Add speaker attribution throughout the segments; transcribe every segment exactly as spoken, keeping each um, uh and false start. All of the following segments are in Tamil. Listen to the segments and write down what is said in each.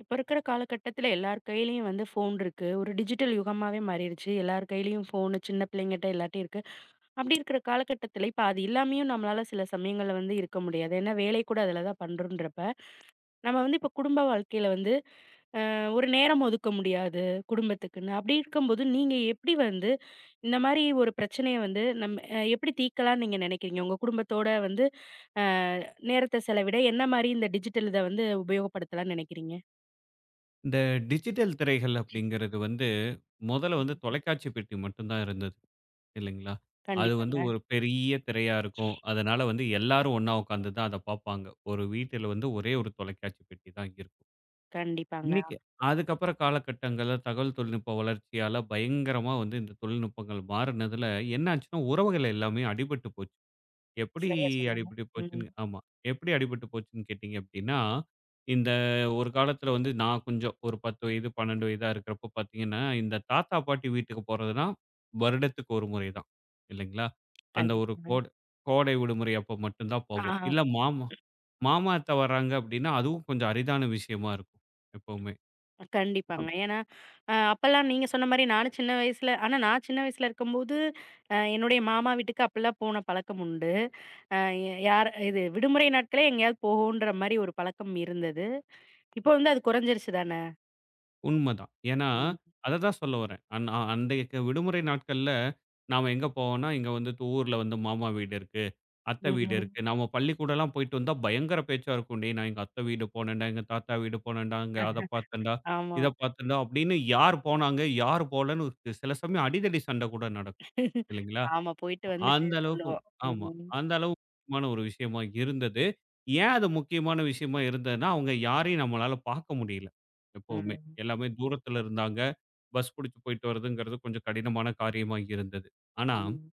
Speaker 1: இப்ப இருக்கிற காலகட்டத்துல எல்லார் கையிலயும் வந்து ஃபோன் இருக்கு. ஒரு டிஜிட்டல் யுகமாவே மாறிருச்சு. எல்லார் கையிலயும் ஃபோனு சின்ன பிள்ளைங்கட்ட எல்லார்ட்டயும் இருக்கு. அப்படி இருக்கிற காலகட்டத்துல, இப்ப அது இல்லாமயும் நம்மளால சில சமயங்கள்ல வந்து இருக்க முடியாது. ஏன்னா, வேலை கூட அதுல தான் பண்றோன்றப்ப, நம்ம வந்து இப்ப குடும்ப வாழ்க்கையில வந்து அ ஒரு நேரம் ஒதுக்க முடியாது, குடும்பத்துக்குன்னு. அப்படி இருக்கும்போது, நீங்க எப்படி வந்து இந்த மாரி ஒரு பிரச்சனைய வந்து நம்ம அ எப்படி தீர்க்கலாம்னு நீங்க நினைக்கிறீங்க? உங்க குடும்பத்தோட வந்து அ நேரத்த செலவிட என்ன மாரி இந்த டிஜிட்டல் இத வந்து உபயோகப்படுத்தலாம்னு நினைக்கிறீங்க?
Speaker 2: இந்த டிஜிட்டல் திரைகள் அப்படிங்கிறது வந்து முதல்ல வந்து
Speaker 1: ம்.
Speaker 2: தொலைக்காட்சி பெட்டி மட்டும்தான் இருந்தது இல்லைங்களா? அது
Speaker 1: கண்டிப்பாங்க.
Speaker 2: வந்து ஒரு பெரிய திரையா இருக்கும். அதனால வந்து எல்லாரும் ஒண்ணா உட்காந்து தான் அத பார்ப்பாங்க. ஒரு வீட்டில வந்து ஒரே ஒரு தொலைக்காட்சி பெட்டி தான் இருக்கும்.
Speaker 1: கண்டிப்பாங்க.
Speaker 2: இன்னைக்கு அதுக்கப்புறம் காலகட்டங்கள்ல தகவல் தொழில்நுட்ப வளர்ச்சியால பயங்கரமா வந்து இந்த தொழில்நுட்பங்கள் மாறுனதுல என்ன ஆச்சுன்னா, உறவுகள் எல்லாமே அடிபட்டு போச்சு. எப்படி
Speaker 1: சரியா சொன்னீங்க.
Speaker 2: அடிபட்டு போச்சுன்னு
Speaker 1: ம்.
Speaker 2: ஆமா. எப்படி அடிபட்டு போச்சுன்னு கேட்டீங்க அப்படின்னா, இந்த ஒரு காலத்தில வந்து நான் கொஞ்சம் ஒரு பத்து வயது, பன்னிரண்டு வயதா இருக்கிறப்போ பார்த்தீங்கன்னா, இந்த தாத்தா, பாட்டி வீட்டுக்கு போறதுனா வருடத்துக்கு ஒரு முறை தான் இல்லைங்களா? அந்த ஒரு
Speaker 1: கண்டிப்பாங்க.
Speaker 2: கோடை கோடை விடுமுறை அப்போ மட்டும் தான்
Speaker 1: ஆ
Speaker 2: போவோம். இல்ல மாமா மாமா, அத்தை வர்றாங்க அப்படின்னா, அதுவும் கொஞ்சம் அரிதான விஷயமா இருக்கும் எப்பவுமே.
Speaker 1: கண்டிப்பாங்க. ஏன்னா, அ அப்பலாம் நீங்க சொன்ன மாரி நானும் சின்ன வயசுல ஆனா நான் சின்ன வயசுல இருக்கும்போது, அ என்னுடைய மாமா வீட்டுக்கு அப்பலாம் போன பழக்கம் உண்டு. அ யார் இது விடுமுறை நாட்களே எங்கேயாவது போவோன்ற மாரி ஒரு பழக்கம் இருந்தது. இப்போ வந்து அது குறைஞ்சிருச்சு தானே!
Speaker 2: உண்மதான். ஏன்னா,
Speaker 1: ம்.
Speaker 2: அததான் சொல்ல வரேன். அந் அ அன்றைய க விடுமுறை நாட்கள்ல நாம எங்க போவோம்னா, இங்க வந்து தூ- ஊர்ல வந்து மாமா வீடு இருக்கு, அத்தை வீடு
Speaker 1: ம்.
Speaker 2: இருக்கு. நாம பள்ளிக்கூடம்லாம் போயிட்டு வந்தா பயங்கர பேச்சா இருக்கும். "டேய் நான் எங்க அத்தை வீடு போனேன்டா, எங்க தாத்தா வீடு போனேன்டா, அங்க அத பார்த்தேன்டா,
Speaker 1: ஆமா.
Speaker 2: இத பார்த்தேன்டா" அப்படின்னு யார் போனாங்க, யார் போலன்னு சி சில சமயம் அடிதடி சண்டை கூட நடக்கும் இல்லைங்களா?
Speaker 1: ஆமா. போயிட்டு வந்துட்டு
Speaker 2: அந்த அளவுக்கு
Speaker 1: சொல்லுவோம்.
Speaker 2: ஆமா.
Speaker 1: ம்.
Speaker 2: அந்த அளவு முக்கியமான ஒரு விஷயமா இருந்தது. ஏன் அது முக்கியமான விஷயமா இருந்ததுன்னா, அவங்க யாரையும் நம்மளால பார்க்க முடியல. எப்பவுமே.
Speaker 1: ம்.
Speaker 2: எல்லாமே தூரத்துல இருந்தாங்க. பஸ் புடிச்சு போயிட்டு வரதுங்கிறது கொஞ்சம் கடினமான காரியமா இருந்தது. ஆனா,
Speaker 1: ம்.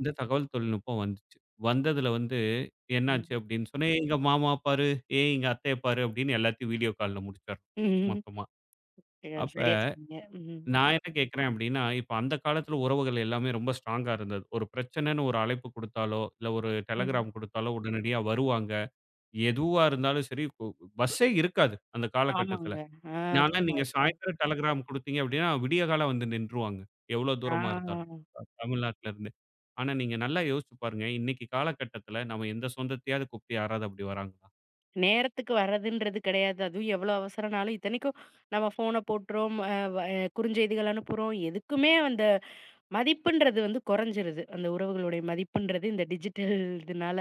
Speaker 2: இந்த தகவல் தொழில்நுட்பம் வந்துச்சு. வந்ததுல வந்து
Speaker 1: ம்.
Speaker 2: என்னாச்சு அப்படின்னு சொன்னா, "ஏய் எங்க மாமா பாரு, ஏய் எங்க அத்தைய பாரு" அப்படின்னு எல்லாத்தையும் வீடியோ கால்ல முடிச்சிடுறோம்
Speaker 1: ம்.
Speaker 2: மொத்தமா. அப்ப
Speaker 1: சரியா சொன்னீங்க. ம்.
Speaker 2: நான் என்ன கேட்கிறேன் அப்படின்னா, இப்ப அந்த காலத்துல உறவுகள் எல்லாமே ரொம்ப ஸ்ட்ராங்கா இருந்தது. ஒரு பிரச்சனைன்னு ஒரு அழைப்பு குடுத்தாலோ, இல்ல ஒரு
Speaker 1: ம்.
Speaker 2: டெலகிராம் குடுத்தாலோ உடனடியா வருவாங்க. எதுவா இருந்தாலும் சரி, கு பஸ்ஸே இருக்காது அந்த
Speaker 1: ஆமாங்க.
Speaker 2: காலகட்டத்துல.
Speaker 1: ஆ
Speaker 2: ஆனா
Speaker 1: அதிகமா
Speaker 2: நீங்க
Speaker 1: இருக்கும்.
Speaker 2: சாயந்தரம் டெலகிராம் குடுத்தீங்க அப்படின்னா, விடியகாலை வந்து நின்றுவாங்க. எவ்வளோ தூரமா இருந்தாலும்.
Speaker 1: ஆ
Speaker 2: தமிழ்நாட்டுல இருந்து. ஆனா நீங்க நல்லா யோசிச்சு பாருங்க, இன்னைக்கு காலகட்டத்துல நம்ம எந்த சொந்தத்தையாவது கூப்பிட்டு யாராவது அப்படி வராங்களா?
Speaker 1: நேரத்துக்கு வர்றதுன்றது கிடையாது. அதுவும் எவ்வளோ அவசரம்னாலும் இத்தனைக்கும் நம்ம ஃபோன போட்டுறோம், அ வ அ, குறுஞ்செய்திகள் அனுப்புறோம். எதுக்குமே அந்த மதிப்புன்றது வந்து குறைஞ்சிருது. அந்த உறவுகளுடைய மதிப்புன்றது இந்த டிஜிட்டல் இதுனால.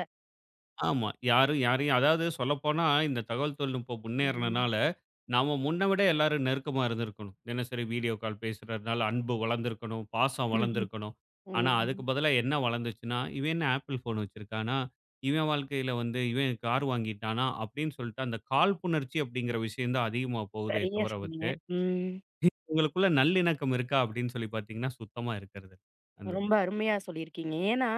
Speaker 2: ஆமா. யாரும் யாரையும் அதாவது சொல்லப்போனா, இந்த தகவல் தொழில்நுட்பம்
Speaker 1: ம்.
Speaker 2: முன்னேறுனனால, நாம முன்ன விட எல்லாரும் நெருக்கமா இருந்திருக்கணும். தினசரி வீடியோ கால் பேசுறதுனால அன்பு வளர்ந்திருக்கணும், பாசம்
Speaker 1: ம்.
Speaker 2: வளர்ந்திருக்கணும். ஆனா, அதுக்கு
Speaker 1: ம்.
Speaker 2: பதிலா என்ன வளர்ந்துச்சுன்னா, "இவன் என்ன ஆப்பிள் ஃபோன் வச்சிருக்கானா? இவன் வாழ்க்கையில வந்து இவன் கார் வாங்கிட்டானா?" அப்படின்னு சொல்லிட்டு அந்த காழ்ப்புணர்ச்சி அப்படிங்கிற விஷயம் தான் அதிகமா போகுதே
Speaker 1: சரியா
Speaker 2: தவிர வந்து,
Speaker 1: சொன்னீங்க. ம்.
Speaker 2: உங்களுக்குள்ள நல்லிணக்கம் இருக்கா அப்படின்னு சொல்லி பார்த்தீங்கன்னா, சுத்தமா இருக்கிறது இல்ல. அந்த இது.
Speaker 1: ரொம்ப அருமையா சொல்லியிருக்கீங்க. ஏன்னா,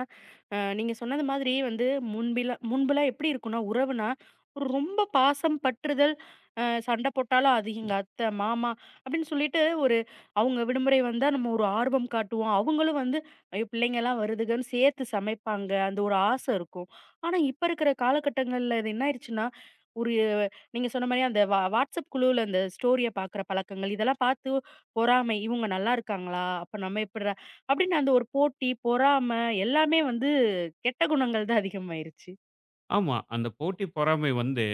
Speaker 1: அ நீங்க சொன்னது மாதிரி வந்து முன்பிலாம் முன்பெல்லாம் எப்படி இருக்கும்னா, உறவுனா ஒரு ரொம்ப பாசம், பற்றுதல், அ சண்டை போட்டாலும் அது எங்க அத்தை, மாமா அப்படின்னு சொல்லிட்டு ஒரு அவங்க விடுமுறை வந்தா நம்ம ஒரு ஆர்வம் காட்டுவோம். அவங்களும் வந்து ஐயோ! பிள்ளைங்கலாம் வருதுகன்னு சேர்த்து சமைப்பாங்க. அந்த ஒரு ஆசை இருக்கும். ஆனா, இப்ப இருக்கிற காலகட்டங்கள்ல இது என்ன ஆயிருச்சுன்னா, ஒரு நீங்க சொன்ன மாரி அந்த வா WhatsApp குழுவுல அந்த ஸ்டோரிய பார்க்குற பழக்கங்கள், இதெல்லாம் பார்த்து பொறாமை. இவங்க நல்லா இருக்காங்களா? அப்ப நம்ம எப்பட்றா அப்படின்னு அந்த ஒரு போட்டி, பொறாம எல்லாமே வந்து கெட்ட குணங்கள் தான் அதிகமாயிருச்சு.
Speaker 2: ஆமா. அந்த போட்டி பொறாமை வந்து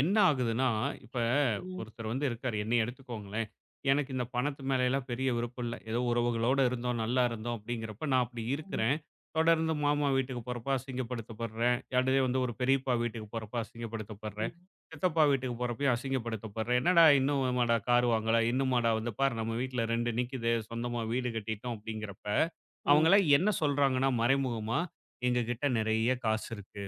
Speaker 2: என்ன ஆகுதுன்னா, இப்ப
Speaker 1: ம்.
Speaker 2: ஒருத்தர் வந்து இருக்காரு. என்னைய எடுத்துக்கோங்களேன். எனக்கு இந்த பணத்து மேலலாம் பெரிய விருப்பம் இல்ல. ஏதோ உறவுகளோட இருந்தோம், நல்லா இருந்தோம் அப்படிங்கிறப்ப நான் அப்படி
Speaker 1: ம்.
Speaker 2: இருக்கிறேன். தொடர்ந்து மாமா வீட்டுக்கு போறப்ப அசிங்கப்படுத்தப்படுறேன். அடுத்து வந்து ஒரு பெரியப்பா வீட்டுக்கு போறப்ப அசிங்கப்படுத்தப்படுறேன்.
Speaker 1: ம்.
Speaker 2: சித்தப்பா வீட்டுக்கு போறப்பயும் அசிங்கப்படுத்தப்படுறேன். "என்னடா இன்னுமாடா கார் வாங்கல? இன்னுமாடா வந்து பாரு நம்ம வீட்ல ரெண்டு நிக்குது. சொந்தமா வீடு கட்டிட்டோம்." அப்படிங்கிறப்ப
Speaker 1: ம்.
Speaker 2: அவங்கலாம் என்ன சொல்றாங்கன்னா மறைமுகமா, "எங்ககிட்ட நெறைய காசு இருக்கு.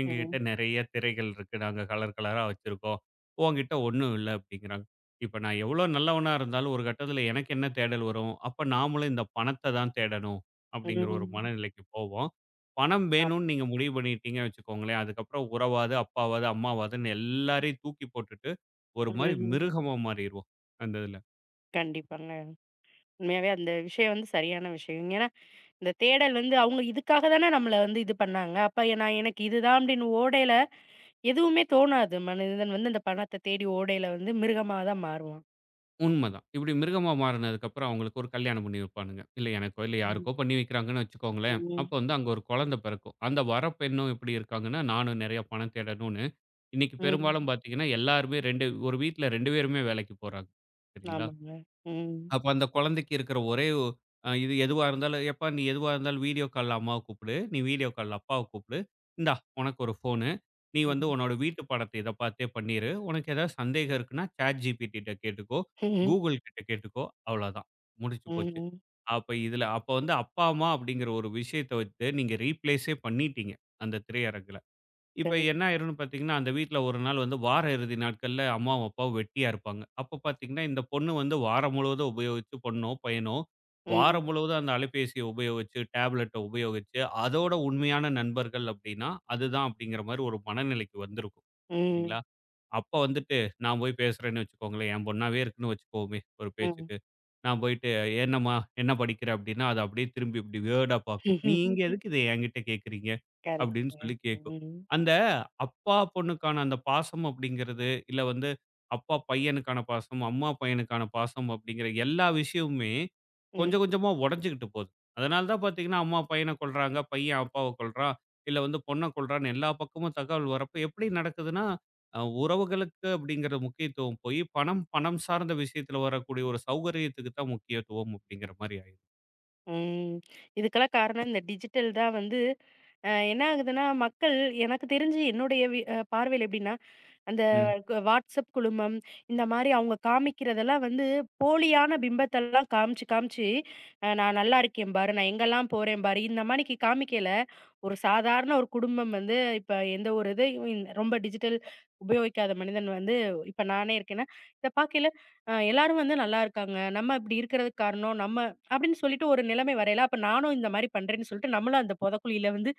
Speaker 2: எங்ககிட்ட நெறைய திரைகள் இருக்கு. நாங்க கலர் கலரா வச்சிருக்கோம். உன்கிட்ட ஒண்ணும் இல்ல அப்டிங்கிறாங்க. இப்ப நான் எவ்ளோ நல்லவனா இருந்தாலும் ஒரு கட்டத்துல எனக்கு என்ன தேடல் வரும்? அப்ப நாமளும் இந்த பணத்த தான் தேடணும்
Speaker 1: ம்.
Speaker 2: அப்டிங்கிற ஒரு
Speaker 1: ம்.
Speaker 2: மனநிலைக்கு போவோம். பணம்
Speaker 1: ஆமா.
Speaker 2: வேணும்னு நீங்க முடிவு பண்ணிட்டீங்க வச்சுக்கோங்களேன், அதுக்கப்புறம் உறவாவது, அப்பாவாவது, அம்மாவாதுன்னு எல்லாரையும் தூக்கி போட்டுட்டு ஒரு மாரி
Speaker 1: ம்.
Speaker 2: மிருகமா மாறிருவோம் அந்த இதுல.
Speaker 1: கண்டிப்பாங்க. உண்மையாவே அந்த விஷயம் வந்து சரியான விஷயம். ஏன்னா, இந்த தேடல் வந்து அவங்க இதுக்காக தானே நம்மள வந்து இது பண்ணாங்க. அப்ப ஏ- நான் எனக்கு இதுதான் அப்படின்னு ஓடையில எதுவுமே தோணாது. மனிதன் வந்து அந்த பணத்த தேடி ஓடையில வந்து மிருகமா தான் மாறுவான்.
Speaker 2: உண்மதான். இப்படி மிருகமா மாறுனதுக்கப்புறம் அவங்களுக்கு ஒரு கல்யாணம் பண்ணி வைப்பானுங்க. இல்ல எனக்கோ, இல்ல
Speaker 1: ம்.
Speaker 2: யாருக்கோ பண்ணி வைக்கிறாங்கன்னு வச்சுக்கோங்களேன். அப்போ
Speaker 1: ம்.
Speaker 2: வந்து அங்க ஒரு குழந்தை பிறக்கும். அந்த வரப்பெண்ணும் எப்படி இருக்காங்கன்னா, நானும் நெறைய பணம் தேடணும்னு, இன்னைக்கு பெரும்பாலும்
Speaker 1: ம்.
Speaker 2: பார்த்தீங்கன்னா, எல்லாருமே ரெண்டு ஒரு வீட்ல ரெண்டு பேருமே வேலைக்கு போறாங்க. சரிங்களா?
Speaker 1: ஆமாங்க. ம்.
Speaker 2: அப்ப அந்த குழந்தைக்கு இருக்கிற ஒரே ஒ அ இது எதுவா இருந்தாலும், "எப்பா நீ எதுவா இருந்தாலும் வீடியோ கால்ல அம்மாவ கூப்பிடு. நீ வீடியோ கால்ல அப்பாவ கூப்பிடு. இந்தா உனக்கு ஒரு ஃபோனு. நீ வந்து
Speaker 1: ம்.
Speaker 2: உன்னோட வீட்டு பாடத்த இத பார்த்தே பண்ணிரு. உனக்கு ஏதாவது சந்தேகம் இருக்குன்னா, ChatGPT கிட்ட கேட்டுக்கோ.
Speaker 1: ம்.
Speaker 2: Google கிட்ட கேட்டுக்கோ." அவ்வளோதான். முடிஞ்சு போச்சு.
Speaker 1: ம்.
Speaker 2: அப்ப இதுல அப்ப வந்து அப்பா, அம்மா அப்படிங்கிற ஒரு விஷயத்த வந்து நீங்க ரீப்ளேஸே பண்ணிட்டீங்க, அந்த திரையரங்குல. இப்ப
Speaker 1: சரி.
Speaker 2: என்ன ஆயிரும்னு பார்த்தீங்கன்னா, அந்த வீட்ல ஒரு நாள் வந்து வார இறுதி நாட்கள்ல அம்மாவும், அப்பாவும் வெட்டியா இருப்பாங்க. அப்ப பார்த்தீங்கன்னா, இந்த பொண்ணு வந்து வாரம் முழுவதும் உபயோகிச்சு பொண்ணோ, பையனோ
Speaker 1: ம்.
Speaker 2: வாரம் முழுவதும் அந்த அலைபேசிய உபயோகிச்சு, டேப்லெட்ட உபயோகிச்சு, அதோட உண்மையான நண்பர்கள் அப்டின்னா, அதுதான் அப்டிங்கிற மாரி ஒரு மனநிலைக்கு வந்திருக்கும்.
Speaker 1: ம்.
Speaker 2: சரிங்களா? அப்ப வந்துட்டு நான் போய் பேசுறேன்னு வச்சுக்கோங்களேன், என் பொண்ணாவே இருக்குன்னு வச்சுக்குவோமே ஒரு
Speaker 1: ம்.
Speaker 2: பேச்சுக்கு. நான் போயிட்டு, "என்னம்மா என்ன படிக்கிற?" அப்படின்னா, அது அப்படியே திரும்பி இப்படி வியர்டா பார்க்கும். "நீங்க எதுக்கு இத என்கிட்ட கேட்குறீங்க?" அப்படின்னு
Speaker 1: கரெக்ட்டுங்க.
Speaker 2: சொல்லி கேட்கும்.
Speaker 1: ம்.
Speaker 2: அந்த அப்பா பொண்ணுக்கான அந்த பாசம் அப்படிங்கிறது, இல்ல வந்து அப்பா பையனுக்கான பாசம், அம்மா பையனுக்கான பாசம் அப்படிங்கிற எல்லா விஷயமுமே
Speaker 1: ம்.
Speaker 2: கொஞ்சம் கொஞ்சமா உடைஞ்சுக்கிட்டு போகுது. அதனால தான் பார்த்தீங்கன்னா, அம்மா பையன கொல்றாங்க, பையன் அப்பாவ கொல்றான், இல்ல வந்து பொண்ண கொல்றான்னு எல்லா பக்கமும் தகவல் வரப்ப எப்படி நடக்குதுன்னா அ உறவுகளுக்கு அப்படிங்கிற முக்கியத்துவம் போயி, பணம், பணம் சார்ந்த விஷயத்துல வரக்கூடிய ஒரு சௌகரியத்துக்கு தான் முக்கியத்துவம் அப்படிங்கிற மாரி ஆயிரும்.
Speaker 1: ம். இதுக்கெல்லாம் காரணம் இந்த டிஜிட்டல் தான் வந்து அ என்ன ஆகுதுன்னா, மக்கள் எனக்கு தெரிஞ்சு என்னுடைய வி அ பார்வையில எப்படின்னா, அந்த
Speaker 2: ம்.
Speaker 1: க WhatsApp குழுமம், இந்த மாரி அவங்க காமிக்கிறதெல்லாம் வந்து போலியான பிம்பத்தெல்லாம் காமிச்சு, காமிச்சு அ "நான் நல்லா இருக்கேன் பாரு, நான் எங்கெல்லாம் போறேன் பாரு" இந்த மாரிக்கு காமிக்கையில, ஒரு சாதாரண ஒரு குடும்பம் வந்து இப்ப எந்த ஒரு இதையும் இன் ரொம்ப டிஜிட்டல் உபயோகிக்காத மனிதன் வந்து இப்ப நானே இருக்கேன்னா, இத பார்க்கையில அ எல்லாரும் வந்து நல்லா இருக்காங்க. நம்ம இப்படி இருக்கிறதுக்கு காரணம் நம்ம அப்படின்னு சொல்லிட்டு ஒரு நிலைமை வரையில, அப்ப நானும் இந்த மாரி பண்றேன்னு சொல்லிட்டு நம்மளும் அந்த பொதக்குழியில வந்து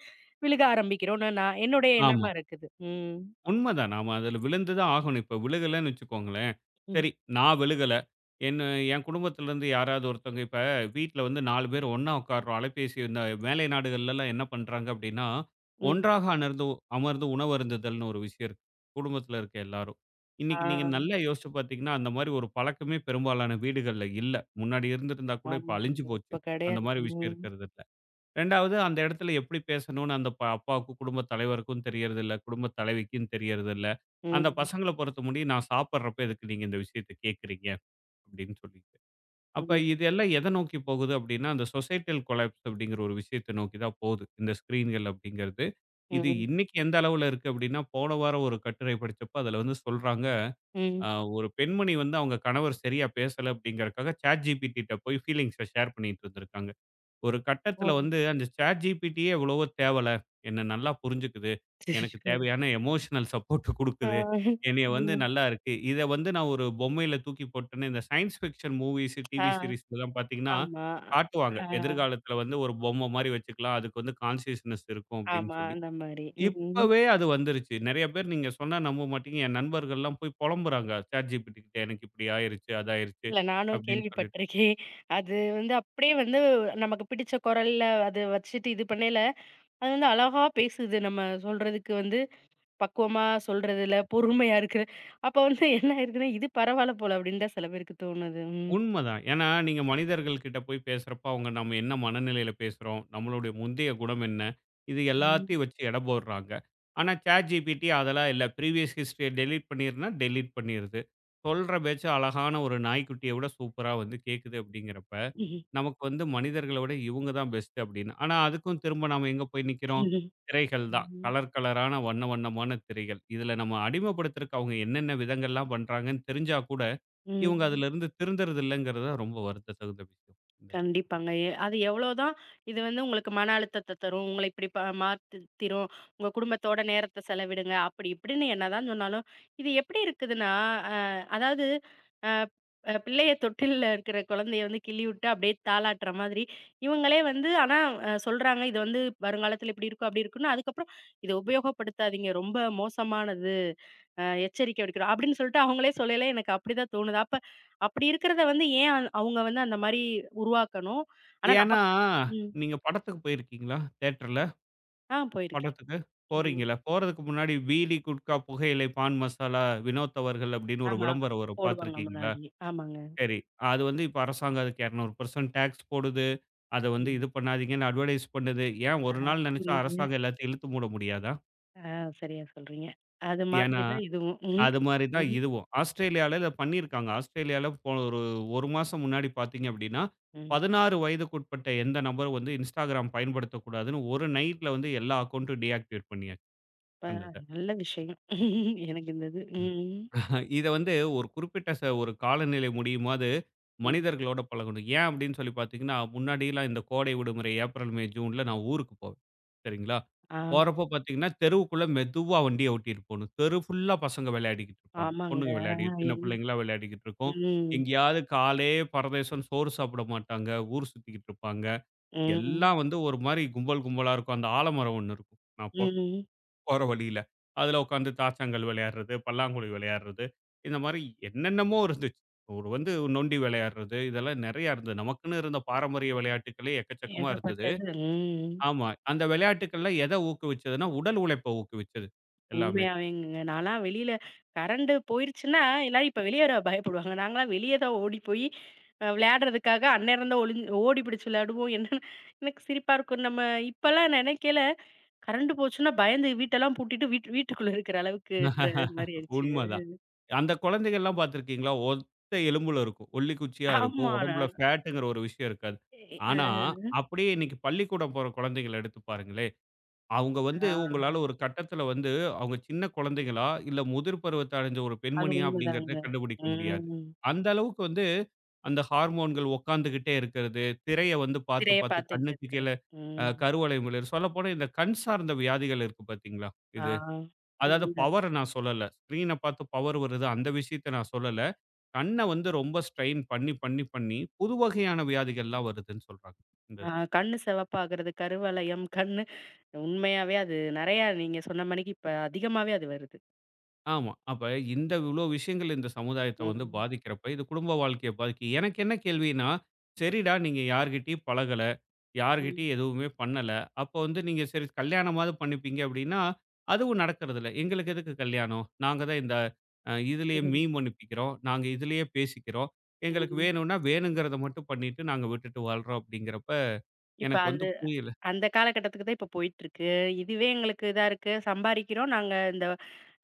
Speaker 1: விழுக ஆரம்பிக்கிறோம்னு நான் என்னுடைய
Speaker 2: ஆமா.
Speaker 1: எண்ணமா இருக்குது. ம்.
Speaker 2: உண்மதான். நாம அதுல விழுந்து தான் ஆகணும். இப்ப விழுகலன்னு வச்சுக்கோங்களேன்,
Speaker 1: ம்.
Speaker 2: சரி நான் விழுகல. என்ன என் குடும்பத்திலருந்து யாராவது ஒருத்தவங்க இப்ப வீட்ல வந்து நாலு பேர் ஒண்ணா உட்காருறோம். அலைபேசி இந்த மேலை நாடுகள்லலாம் என்ன பண்றாங்க அப்படின்னா,
Speaker 1: ம்.
Speaker 2: ஒன்றாக அணர்ந்து அமர்ந்து உணவு அருந்துதல்னு ஒரு விஷயம் இருக்கு. குடும்பத்தில இருக்க எல்லாரும்.
Speaker 1: ஆ,
Speaker 2: இன்னைக்கு நீங்க நல்லா யோசிச்சு பார்த்தீங்கன்னா, அந்த மாரி ஒரு பழக்கமே பெரும்பாலான வீடுகள்ல இல்ல. முன்னாடி இருந்திருந்தா கூட இப்ப அழிஞ்சு
Speaker 1: ஆமாங்க.
Speaker 2: போச்சு.
Speaker 1: இப்ப
Speaker 2: அந்த
Speaker 1: கிடையாது.
Speaker 2: மாரி விஷயம்
Speaker 1: ம்.
Speaker 2: இருக்கிறது. 2வது அந்த இடத்துல எப்படி பேசணும்னு அந்த ப அப்பாவுக்கும், குடும்பத் தலைவருக்கும் தெரியறதில்ல. குடும்பத் தலைவிக்கும் தெரியறதில்ல. அந்த
Speaker 1: ம்.
Speaker 2: பசங்கள பொறுத்தமுடி, "நான் சாப்பிடுறப்ப எதுக்கு நீங்க இந்த விஷயத்த கேட்கறீங்க?" அப்படின்னு சொல்லிட்டு. அப்ப
Speaker 1: ம்.
Speaker 2: இது எல்லாம் எத நோக்கி போகுது அப்படின்னா, அந்த சொசைட்டல் கொலாப்ஸ் அப்படிங்கிற ஒரு விஷயத்த நோக்கி தான் போகுது. இந்த ஸ்க்ரீன்கள் அப்படிங்கிறது. இது
Speaker 1: ம்.
Speaker 2: இன்னைக்கு எந்த அளவுல இருக்கு அப்படின்னா, போன வாரம் ஒரு கட்டுரை படிச்சப்ப அதுல வந்து சொல்றாங்க,
Speaker 1: ம்.
Speaker 2: அ ஒரு பெண்மணி வந்து அவங்க கணவர் சரியா பேசல அப்படிங்கறக்காக ChatGPT ட்ட போய் ஃபீலிங்ஸ ஷேர் பண்ணிட்டு இருந்திருக்காங்க. ஒரு
Speaker 1: ஓ!
Speaker 2: கட்டத்தில வந்து அந்த ChatGPTயே எவ்வளவோ தேவல. என்ன நல்லா புரிஞ்சுக்குது. எனக்கு
Speaker 1: அச்சச்சோ!
Speaker 2: தேவையான எமோஷனல் சப்போர்ட்
Speaker 1: ஆ,
Speaker 2: குடுக்குது. என்னைய வந்து
Speaker 1: ம்.
Speaker 2: நல்லா இருக்கு. இத வந்து நான் ஒரு பொம்மையில தூக்கி போட்டேன்னு இந்த சயன்ஸ் ஃபிக்ஷன் மூவிஸ்,
Speaker 1: ஆ,
Speaker 2: டிவி சீரிஸ்லலாம் பார்த்தீங்கன்னா,
Speaker 1: ஆமா.
Speaker 2: காட்டுவாங்க.
Speaker 1: ஆ,
Speaker 2: எதிர்காலத்தில வந்து ஒரு பொம்மை மாரி வச்சுக்கலாம். அதுக்கு வந்து கான்ஷியஸ்னஸ் இருக்கும் அப்படின்னு
Speaker 1: ஆமா.
Speaker 2: சொல்லி.
Speaker 1: அந்த மாரி. ம்.
Speaker 2: இப்பவே அது வந்துருச்சு. நெறைய பேர் நீங்க சொன்னா நம்ப மாட்டீங்க. என் நண்பர்கள்லாம் போய் பொலம்புறாங்க. ChatGPT கிட்ட எனக்கு இப்படி ஆயிருச்சு, அது ஆயிருச்சு
Speaker 1: இல்ல நானும்
Speaker 2: அப்படின்னு சொல்லி.
Speaker 1: கேள்விப்பட்டிருக்கேன். அது வந்து அப்படியே வந்து நமக்கு பிடிச்ச குரல்ல அது வச்சுட்டு இது பண்ணையில, அது வந்து அழகா பேசுது. நம்ம சொல்றதுக்கு வந்து பக்குவமா சொல்றதுல, பொறுமையா இருக்கு. அப்ப வந்து என்ன ஆயிருக்குன்னா, இது பரவால்ல போல அப்படின்னு தான் சில பேருக்கு தோணுது. ம்.
Speaker 2: உண்மதான். ஏன்னா, நீங்க மனிதர்கள் கிட்ட போய் பேசுறப்ப, அவங்க நம்ம என்ன மனநிலையில பேசுறோம்? நம்மளுடைய முந்தைய குணம் என்ன? இது
Speaker 1: ம்.
Speaker 2: எல்லாத்தையும் வச்சு எடை போடுறாங்க. ஆனா, ChatGPT அதெல்லாம் இல்ல. ப்ரீவியஸ் ஹிஸ்டரிய டெலீட் பண்ணிருன்னா, டெலீட் பண்ணிருது. சொல்ற பேச்சு அழகான ஒரு நாய்க்குட்டிய விட சூப்பரா வந்து கேக்குது அப்படிங்கிறப்ப, நமக்கு வந்து மனிதர்கள விட இவங்க தான் பெஸ்ட் அப்படின்னு. ஆனா, அதுக்கும் திரும்ப நாம எங்க போய் நிக்கிறோம்?
Speaker 1: ம்.
Speaker 2: திரைகள் தான்.
Speaker 1: ம்
Speaker 2: கலர் கலரான, வண்ண வண்ணமான திரைகள். இதுல நம்ம அடிமைப்படுத்துறக்கு அவங்க என்னென்ன விதங்கள்லாம் பண்றாங்கன்னு தெரிஞ்சா கூட, இவங்க
Speaker 1: ம்.
Speaker 2: அதிலிருந்து திருந்துறது இல்லங்கிறது தான் ரொம்ப வருத்த தகுந்த விஷயம். இந்த
Speaker 1: கண்டிப்பாங்க. எ அது எவ்வளோதான் இது வந்து உங்களுக்கு மன அழுத்தத்த தரும். உங்கள இப்படி ப மாத்திரும். உங்க குடும்பத்தோட நேரத்த செலவிடுங்க. அப்படி இப்படின்னு என்னதான் சொன்னாலும், இது எப்படி இருக்குதுன்னா, அ அதாவது அ அ பிள்ளைய தொட்டில்ல இருக்கிற குழந்தைய வந்து கிள்ளி விட்டு அப்படியே தாலாட்டுற மாதிரி, இவங்களே வந்து ஆனா அ சொல்றாங்க, இது வந்து வருங்காலத்தில இப்படி இருக்கும், அப்படி இருக்குன்னு. அதுக்கப்புறம் இத உபயோகப்படுத்தாதீங்க. ரொம்ப மோசமானது. அ எச்சரிக்கை விடுக்கிறோம். அப்படின்னு சொல்லிட்டு அவங்களே சொல்லயில எனக்கு அப்படிதான் தோணுது. அப்ப அப்படி இருக்கிறத வந்து ஏன் அந் அவங்க வந்து அந்த மாரி உருவாக்கணும்? ஆனா
Speaker 2: ஏன்னா,
Speaker 1: நமக் ம்.
Speaker 2: நீங்க படத்துக்கு போயிருக்கீங்களா? தியேட்டர்ல
Speaker 1: ஆ போயிருக்கேன்.
Speaker 2: படத்துக்கு?
Speaker 1: ம்.
Speaker 2: போறீங்களா? போறதுக்கு முன்னாடி பீடி, குட்கா, புகையிலை, பான் மசாலா, வினோத் அவர்கள் அப்படின்னு ஒரு
Speaker 1: ஆமா.
Speaker 2: விளம்பரம் வரும்
Speaker 1: போடுவாங்க
Speaker 2: பார்த்துருக்கீங்களா?
Speaker 1: முன்னாடியே. ஆமாங்க.
Speaker 2: சரி. அது வந்து இப்ப அரசாங்கம் அதுக்கு இருநூறு சதவீதம் டாக்ஸ் போடுது. அத வந்து இது
Speaker 1: ம்.
Speaker 2: பண்ணாதீங்கன்னு அட்வர்டைஸ் பண்ணுது. ஏன் ஒரு நாள் நினைச்சா
Speaker 1: புரியுதுங்க.
Speaker 2: அரசாங்கம் எல்லாத்தையும் இழுத்து மூட முடியாதா?
Speaker 1: ஆ சரியா சொல்றீங்க. அது
Speaker 2: ஏன்னா
Speaker 1: மாதிரி தான் இதுவும். ம்.
Speaker 2: அது மாரி தான்
Speaker 1: ம்.
Speaker 2: இதுவும். ஆஸ்திரேலியால இத பண்ணியிருக்காங்க. ஆஸ்திரேலியால போ ஒரு 1 மாசம் முன்னாடி பார்த்தீங்க அப்படின்னா,
Speaker 1: ம்.
Speaker 2: பதினாறு வயதுக்குட்பட்ட எந்த நபரும் வந்து Instagram பயன்படுத்தக்கூடாதுன்னு ஒரு நைட்ல வந்து எல்லா அக்கவுண்டும் டீஆக்டிவேட் பண்ணியாச்சு
Speaker 1: ப
Speaker 2: அந்த இத.
Speaker 1: நல்ல விஷயம். எனக்கு இந்த இது.
Speaker 2: ம்.
Speaker 1: ம்.
Speaker 2: இத வந்து ஒரு குறிப்பிட்ட ச ஒரு காலநிலை முடியுமாது
Speaker 1: ம்.
Speaker 2: மனிதர்களோட பழகணும். ஏன் அப்படின்னு சொல்லி பார்த்தீங்கன்னா, முன்னாடிலாம் இந்த கோடை விடுமுறை ஏப்ரல், மே, ஜூன்ல நான் ஊருக்கு போவேன். சரிங்களா?
Speaker 1: ஆ.
Speaker 2: போறப்போ பார்த்தீங்கன்னா, தெருவுக்குள்ள மெதுவா வண்டிய ஓட்டிட்டு போணும். தெரு ஃபுல்லா பசங்க விளையாடிக்கிட்டு இருப்பாங்க.
Speaker 1: ஆமாங்க.
Speaker 2: பொண்ணுங்க
Speaker 1: ஆ
Speaker 2: விளையாடிக்கிட்டு சின்ன
Speaker 1: எங்க
Speaker 2: பிள்ளைங்கலாம் விளையாடிக்கிட்டு இருக்கும்.
Speaker 1: ம்.
Speaker 2: எங்கேயாவது காலே பரதேசம்ன்னு சோறு சாப்பிட மாட்டாங்க. ஊர் சுத்திக்கிட்டு இருப்பாங்க.
Speaker 1: ம்.
Speaker 2: எல்லாம் வந்து ஒரு மாரி கும்பல் கும்பலா இருக்கும். அந்த ஆலமரம் ஒண்ணு இருக்கும். நான் போ
Speaker 1: ம்.
Speaker 2: போற வழியில. அதுல உட்காந்து தாச்சாங்கல் விளையாடுறது, பல்லாங்குழி விளையாடுறது, இந்த மாரி என்னென்னமோ இருந்துச்சு. ஒரு வந்து நொண்டி விளையாடுறது, இதெல்லாம் நெறையா இருந்தது. நமக்குன்னு இருந்த பாரம்பரிய விளையாட்டுக்களே எக்கச்சக்கமா இருந்தது.
Speaker 1: ஏகப்பட்டது. ம்.
Speaker 2: ஆமா. அந்த விளையாட்டுக்கள்ல எத ஊக்குவிச்சதுன்னா, உடல் உழைப்ப ஊக்குவிச்சது எல்லாமே.
Speaker 1: உண்மையாவேங்கங்க. நான்லாம் வெளியில கரண்ட் போயிருச்சுன்னா, எல்லாரும் இப்ப வெளிய வர பயப்படுவாங்க. நாங்கலாம் வெளிய தான் ஓடி போய் அ விளையாடுறதுக்காக அந்நேரம் தான் ஒளிஞ் ஓடி பிடிச்சு விளையாடுவோம். என்னன்னு எனக்கு சிரிப்பா இருக்கும். நம்ம இப்பலாம் நெனைக்கையில கரண்ட் போச்சுன்னா பயந்து வீட்டெல்லாம் பூட்டிட்டு வீட் வீட்டுக்குள்ள இருக்கிற அளவுக்குன்ற மாரி ஆயிருச்சு.
Speaker 2: உண்மதான். அந்த குழந்தைகள்லாம் பார்த்துருக்கீங்களா? ஒத்த எலும்புல இருக்கும். ஒல்லி குச்சியா இருக்கும்.
Speaker 1: ஆமா.
Speaker 2: உடம்புல
Speaker 1: நான்
Speaker 2: ஃபேட்டுங்கிற ஒரு விஷயம் இருக்காது.
Speaker 1: எ
Speaker 2: ஆனா, அப்படியே இன்னைக்கு பள்ளிக்கூடம் போற குழந்தைகள எடுத்து பாருங்களேன். அவங்க
Speaker 1: அ
Speaker 2: வந்து
Speaker 1: ஆ
Speaker 2: உங்களால ஒரு கட்டத்துல வந்து, அவங்க சின்ன குழந்தைகளா, இல்ல முதிர் பருவத்த அடைஞ்ச ஒரு
Speaker 1: அது
Speaker 2: பெண்மணியா
Speaker 1: உண்மதாங்க.
Speaker 2: அப்படிங்கிறத கண்டுபிடிக்க முடியாது.
Speaker 1: ம்.
Speaker 2: அந்த அளவுக்கு வந்து அந்த ஹார்மோன்கள் உட்காந்துகிட்டே இருக்கிறது, திரைய வந்து பார்த்து
Speaker 1: திரைய
Speaker 2: பார்த்து
Speaker 1: பார்த்துட்டு
Speaker 2: கண்ணுக்கு கீழ
Speaker 1: இருக்கிறது.
Speaker 2: அ
Speaker 1: ம்.
Speaker 2: கருவளை மிளர் சொல்லப்போனா இந்த கண் சார்ந்த வியாதிகள் இருக்கு பார்த்தீங்களா
Speaker 1: ஆ.
Speaker 2: இது. அதாவது
Speaker 1: இருந்தது.
Speaker 2: பவர நான் சொல்லல. ஸ்க்ரீன பார்த்து பவர் வருது அந்த விஷயத்த நான் சொல்லல. கண்ண வந்து ரொம்ப ஸ்ட்ரெயின் பண்ணி பண்ணி பண்ணி புது வகையான வியாதிகள்லாம் வருதுன்னு சொல்றாங்க. இந்த
Speaker 1: ஆ கண்ணு சிவப்பாகுறது, கருவளையம், கண்ணு உண்மையாவே அது நெறையா நீங்க சொன்ன மாணிக்கு இப்ப அதிகமாவே அது வருது.
Speaker 2: ஆமா. அப்ப இந்த இவ்ளோ விஷயங்கள் இந்த சமுதாயத்த வந்து
Speaker 1: ம்.
Speaker 2: பாதிக்கிறப்ப, இது குடும்ப வாழ்க்கைய பாதிக்கு எனக்கு என்ன கேள்வின்னா, சரிடா நீங்க யார்கிட்டயும் பழகல,
Speaker 1: ம்.
Speaker 2: யார்கிட்டயும் எதுவுமே பண்ணல. அப்ப வந்து நீங்க சரி கல்யாணமாவது பண்ணிப்பீங்க அப்டின்னா, அதுவும் நடக்கறதில்ல. எங்களுக்கு எதுக்கு கல்யாணம்? நாங்க தான் இந்த அ இதுலயே
Speaker 1: ம்.
Speaker 2: மீம் அனுப்பிக்கிறோம். நாங்க இதுலயே பேசிக்கிறோம். எங்களுக்கு
Speaker 1: ம்.
Speaker 2: வேணும்னா வேணுங்கிறத மட்டும் பண்ணிட்டு நாங்க விட்டுட்டு வாழ்றோம் அப்டிங்கிறப்ப,
Speaker 1: இப்ப
Speaker 2: எனக்கு வந்து
Speaker 1: அது
Speaker 2: புரியல.
Speaker 1: அந்த காலகட்டத்துக்கு தான் இப்ப போயிட்டுருக்கு. இதுவே எங்களுக்கு இதா இருக்கு. சம்பாரிக்கிறோம். நாங்க இந்த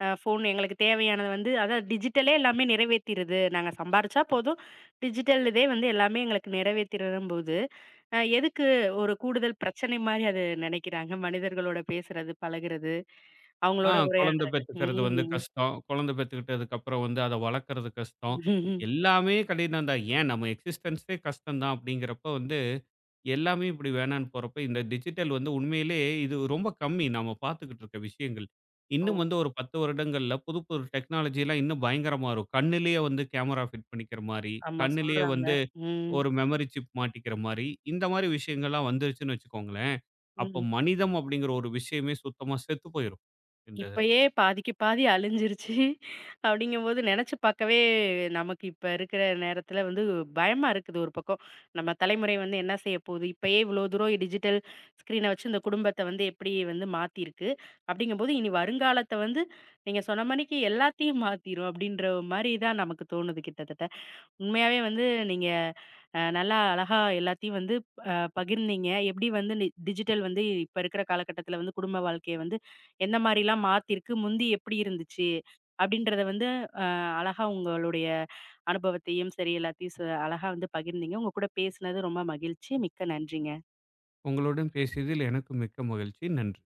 Speaker 1: அ ஃபோன் எங்களுக்கு தேவையானது வந்து அதான் டிஜிட்டலே எல்லாமே நிறைவேத்திருது. நாங்க சம்பாரிச்சா போதும். டிஜிட்டல் இதே வந்து எல்லாமே எங்களுக்கு நிறைவேத்திரும்போது, அ எதுக்கு ஒரு கூடுதல் பிரச்சனை மாரி அது நெனைக்கிறாங்க. மனிதர்களோட பேசுறது, பழகுறது,
Speaker 2: ஆ
Speaker 1: அவங்களோட
Speaker 2: குழந்தை
Speaker 1: உரையாடுறது.
Speaker 2: பெத்துக்கிறது வந்து
Speaker 1: ம்.
Speaker 2: கஷ்டம். குழந்தை பெத்துக்கிட்டதுக்கப்புறம் வந்து அத வளர்க்கறது கஷ்டம். எல்லாமே கடினம் தான். ஏன் நம்ம எக்ஸிஸ்டன்ஸே கஷ்டம் தான் அப்படிங்கிறப்ப வந்து, எல்லாமே இப்படி வேணான்னு போறப்ப, இந்த டிஜிட்டல் வந்து உண்மையிலே இது ரொம்ப கம்மி. நாம பார்த்துக்கிட்டு இருக்க விஷயங்கள்.
Speaker 1: ஓ!
Speaker 2: இன்னும் வந்து ஒரு பத்து வருடங்கள்ல புது புது டெக்னாலஜிலாம் இன்னும் பயங்கரமா வரும். கண்ணுலயே வந்து கேமரா ஃபிட் பண்ணிக்கிற மாரி,
Speaker 1: ஆமா
Speaker 2: கண்ணுலயே
Speaker 1: சொல்றாங்க.
Speaker 2: வந்து
Speaker 1: ம்.
Speaker 2: ஒரு மெமரி சிப் மாட்டிக்கிற மாரி, இந்த மாரி விஷயங்கள்லாம் வந்துருச்சுன்னு வச்சுக்கோங்களேன், அப்போ
Speaker 1: ம்.
Speaker 2: மனிதம் அப்படிங்கிற ஒரு விஷயமே சுத்தமா செத்து போயிரும். இந்த
Speaker 1: இப்பயே பாதிக்கு பாதி அழிஞ்சிருச்சு. அப்படிங்கும்போது நெனச்சு பார்க்கவே நமக்கு இப்ப இருக்கிற நேரத்துல வந்து பயமா இருக்குது ஒரு பக்கம். நம்ம தலைமுறை வந்து என்ன செய்ய போகுது? இப்பயே இவ்வளோ தூரம் டிஜிட்டல் ஸ்க்ரீன வச்சு இந்த குடும்பத்த வந்து எப்படி வந்து மாத்தியிருக்கு? அப்படிங்கும்போது இனி வருங்காலத்த வந்து நீங்க சொன்ன மாணிக்கு எல்லாத்தையும் மாத்திரும் அப்படின்ற மாரி தான் நமக்கு தோணுது கிட்டத்தட்ட. உண்மையாவே வந்து நீங்க அ நல்லா அழகா எல்லாத்தையும் வந்து அ பகிர்ந்தீங்க. எப்படி வந்து நி டிஜிட்டல் வந்து இப்ப இருக்கிற காலகட்டத்தில வந்து குடும்ப வாழ்க்கைய வந்து எந்த மாரிலாம் மாத்திருக்கு, முந்தி எப்படி இருந்துச்சு? அப்படின்றத வந்து அஹ், அழகா உங்களுடைய அனுபவத்தையும் சரி, எல்லாத்தையும் ச அழகா வந்து பகிர்ந்தீங்க. உங்க கூட பேசினது ரொம்ப மகிழ்ச்சி. மிக்க நன்றிங்க.
Speaker 2: உங்களுடன் பேசியதில் எனக்கு மிக்க மகிழ்ச்சி. நன்றி.